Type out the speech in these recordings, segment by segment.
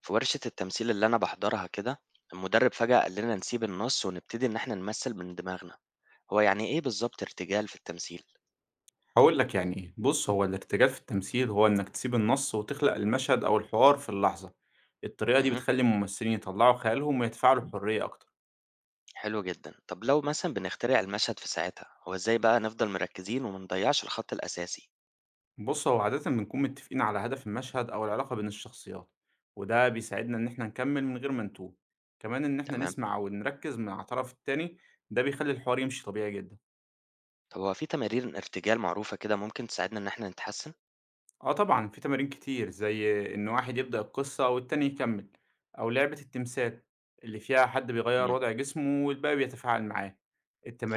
في ورشة التمثيل اللي أنا باحضرها كده، المُدرّب فجأة قال لنا نسيب النص ونبتدي إن إحنا نمثّل من دماغنا، هو يعني إيه بالضبط ارتجال في التمثيل؟ هاقول لك يعني إيه، بُص هو الارتجال في التمثيل هو إنك تسيب النص وتخلق المشهد أو الحوار في اللحظة، الطريقة دي اهم، بتخلّي الممثلين يطلّعوا خيالهم ويتفاعلوا بحرية أكتر، حلو جدًا. طب لو مثلًا بنخترع المشهد في ساعتها، هو إزاي بقى نفضل مركّزين وما نضيّعش الخط الأساسي؟ بُص هو عادةً بنكون متفقين على هدف المشهد أو العلاقة بين الشخصيات، وده بيساعدنا إن إحنا نكمّل من غير ما نتوه، كمان إن إحنا تمام. نسمع ونركّز مع الطرف التاني، ده بيخلّي الحوار يمشي طبيعي جدًا. طب هو في تمارين ارتجال معروفة كده ممكن تساعدنا إن إحنا نتحسّن؟ آه طبعًا، في تمارين كتير، زي إن واحد يبدأ القصة والتاني يكمّل، أو لعبة التمثال اللي فيها حد بيغيّر إمم، وضع جسمه والباقي بيتفاعل معاه.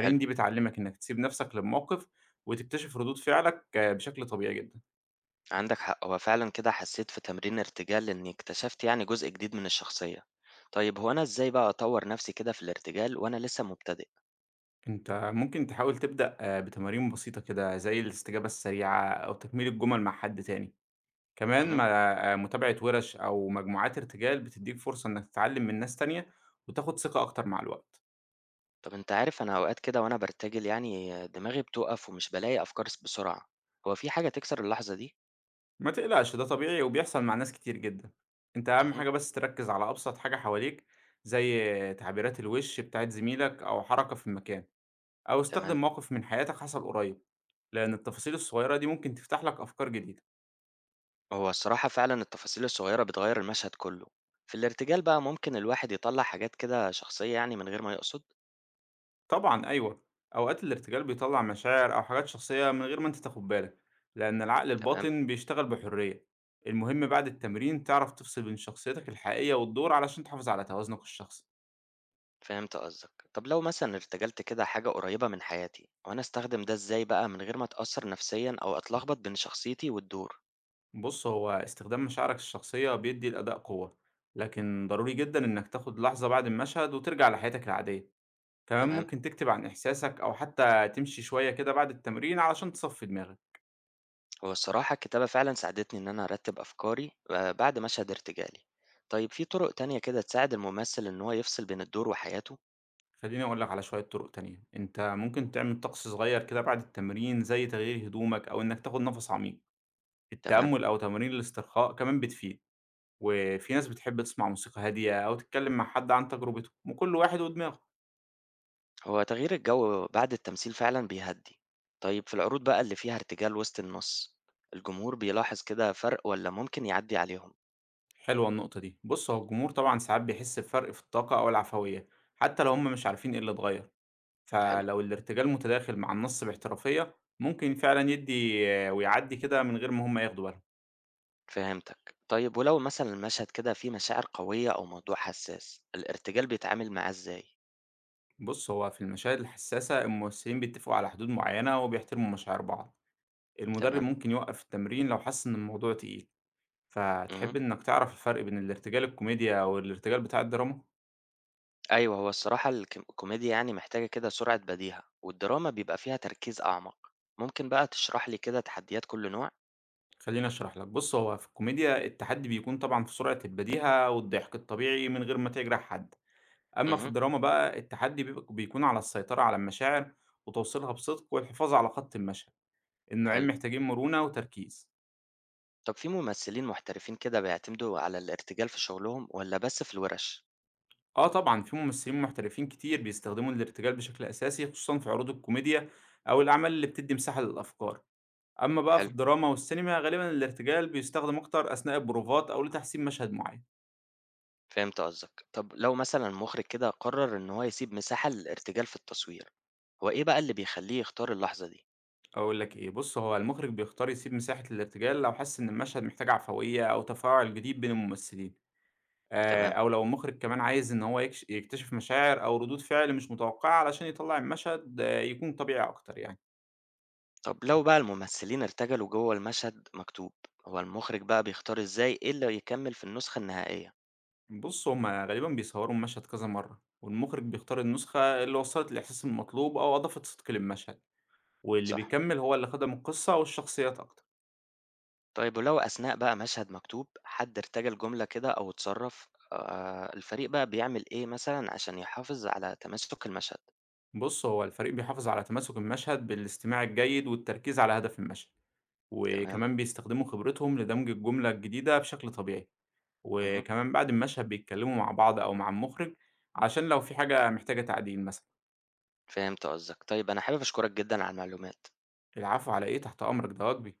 حلو. دي بتعلّمك إنك تسيب نَفْسك للموقف وتكتشف ردود فعلك بشكل طبيعي جدًا. عندك حق، هو فعلًا كده حسّيت في تمرين الارتجال إنّي اكتشفت يعني جزء جديد من الشخصية. طيب هو أنا إزاي بقى أطوّر نفسي كده في الارتجال وأنا لسه مبتدئ؟ أنت ممكن تحاول تبدأ بتمارين بسيطة كده زي الاستجابة السريعة أو تكميل الجمل مع حد تاني. كمان اهم. ما متابعة وِرش أو مجموعات ارتجال بتدّيك فرصة إنك تتعلّم من ناس تانية وتاخُد ثقة أكتر مع الوقت. طب أنت عارف أنا أوقات كده وأنا بارتجل يعني دماغي بتوقف ومش بالاقي أفكار بسرعة، هو في حاجة تكسر اللحظة دي؟ ما تقلقش ده طبيعي وبيحصل مع ناس كتير جدا. انت اهم اهم، حاجة بس تركز على ابسط حاجة حواليك، زي تعبيرات الوش بتاعت زميلك او حركة في المكان، او استخدم تمام. موقف من حياتك حصل قريب، لان التفاصيل الصغيرة دي ممكن تفتح لك افكار جديدة. هو الصراحة فعلا التفاصيل الصغيرة بتغير المشهد كله، في الارتجال بقى ممكن الواحد يطلع حاجات كده شخصية يعني من غير ما يقصد. طبعا ايوه، اوقات الارتجال بيطلع مشاعر او حاجات شخصية من غير ما انت تاخد بالك، لان العقل تمام، الباطن بيشتغل بحرية. المهم بعد التمرين تعرف تفصل بين شخصيتك الحقيقية والدور علشان تحافظ على توازنك الشخصي. فهمت قصدك. طب لو مثلا ارتجلت كده حاجة قريبة من حياتي، وأنا أستخدم ده إزاي بقى من غير ما أتأثر نفسيا أو أتلخبط بين شخصيتي والدور؟ بُص، هو استخدام مشاعرك الشخصية بيدّي الأداء قوة، لكن ضروري جدًا إنك تاخد لحظة بعد المشهد وترجع لحياتك العادية، كمان تمام؟ ممكن تكتب عن إحساسك أو حتى تمشي شوية كده بعد التمرين علشان تصفّي دماغك. هو الصراحة الكتابة فعلا ساعدتني إن أنا أرتب أفكاري بعد مشهد ارتجالي. طيب في طرق تانية كده تساعد الممثل إن هو يفصل بين الدور وحياته. خلّيني أقول لك على شوية طرق تانية، أنت ممكن تعمل طقس صغير كده بعد التمرين زي تغيير هدومك أو إنك تاخد نفس عميق. تمام. التأمل أو تمارين الاسترخاء كمان بتفيد، وفي ناس بتحب تسمع موسيقى هادية أو تتكلم مع حد عن تجربته، وكل واحد ودماغه. هو تغيير الجو بعد التمثيل فعلا بيهدي. طيب في العروض بقى اللي فيها ارتجال وسط النص، الجمهور بيلاحظ كده فرق ولا ممكن يعدي عليهم؟ حلوة النقطة دي. بص هو الجمهور طبعا ساعات بيحس بفرق في الطاقة أو العفوية، حتى لو هم مش عارفين ايه اللي اتغير، حلو، فلو الارتجال متداخل مع النص باحترافية ممكن فعلا يدي ويعدي كده من غير ما هم ياخدوا بالهم. فهمتك. طيب ولو مثلا المشهد كده فيه مشاعر قوية أو موضوع حساس، الارتجال بيتعامل معاه إزاي؟ بص هو في المشاهد الحساسة الممثلين بيتفقوا على حدود معينة وبيحترموا مشاعر بعض، المدرب تمام. ممكن يوقف التمرين لو حس إن الموضوع تقيل. مهم. فتحب إنك تعرف الفرق بين الارتجال الكوميديا والارتجال بتاع الدراما؟ أيوه، هو الصراحة الك الكوميديا يعني محتاجة كده سرعة بديهة، والدراما بيبقى فيها تركيز أعمق. ممكن بقى تشرح لي كده تحديات كل نوع؟ خليني اشرح لك. بص هو في الكوميديا التحدي بيكون طبعا في سرعة البديهة والضحك الطبيعي من غير ما تجرح حد، اما في اهم، الدراما بقى التحدي بيكون على السيطرة على المشاعر وتوصيلها بصدق والحفاظ على خط المشهد. النوعين حلو. محتاجين مرونة وتركيز. طب في ممثلين محترفين كده بيعتمدوا على الارتجال في شغلهم والّا بس في الورش؟ اه طبعا في ممثلين محترفين كتير بيستخدموا الارتجال بشكل اساسي خصوصا في عروض الكوميديا او الاعمال اللي بتدي مساحة للافكار، اما بقى في حلو، الدراما والسينما غالبا الارتجال بيستخدم اكتر اثناء البروفات او لتحسين مشهد معين. فهمت قصدك. طب لو مثلًا مخرج كده قرر إن هو يسيب مساحة للارتجال في التصوير، هو إيه بقى اللي بيخلّيه يختار اللحظة دي؟ أقول لك إيه، بُص هو المخرج بيختار يسيب مساحة الارتجال لو حس إن المشهد محتاج عفوية أو تفاعل جديد بين الممثلين، تمام. أو لو المخرج كمان عايز إن هو يكتشف مشاعر أو ردود فعل مش متوقعة علشان يطلّع المشهد يكون طبيعي أكتر يعني. طب لو بقى الممثلين ارتجلوا جوّه المشهد مكتوب، هو المخرج بقى بيختار إزاي إيه اللي يكمّل في النسخة النهائية؟ بُص هُم غالبًا بيصوروا المشهد كذا مرة، والمخرج بيختار النسخة اللي وصّلت الإحساس المطلوب أو أضافت صدق للمشهد، واللي صح. بيكمل هو اللي خَدم القصة والشخصيات أكتر. طيب ولو أثناء بقى مشهد مكتوب حد ارتجل جملة كده أو اتصرف الفريق بقى بيعمل إيه مثلا عشان يحافظ على تماسك المشهد؟ بُص هو الفريق بيحافظ على تماسك المشهد بالاستماع الجيد والتركيز على هدف المشهد. تمام؟ وكمان بيستخدموا خبرتهم لدمج الجملة الجديدة بشكل طبيعي، اهم، وكمان بعد المشهد بيتكلموا مع بعض أو مع المخرج عشان لو في حاجة محتاجة تعديل مثلا. فهمت قصدك. طيب أنا حابب أشكرك جدا على المعلومات. العفو، على إيه، تحت أمرك ده واجبي.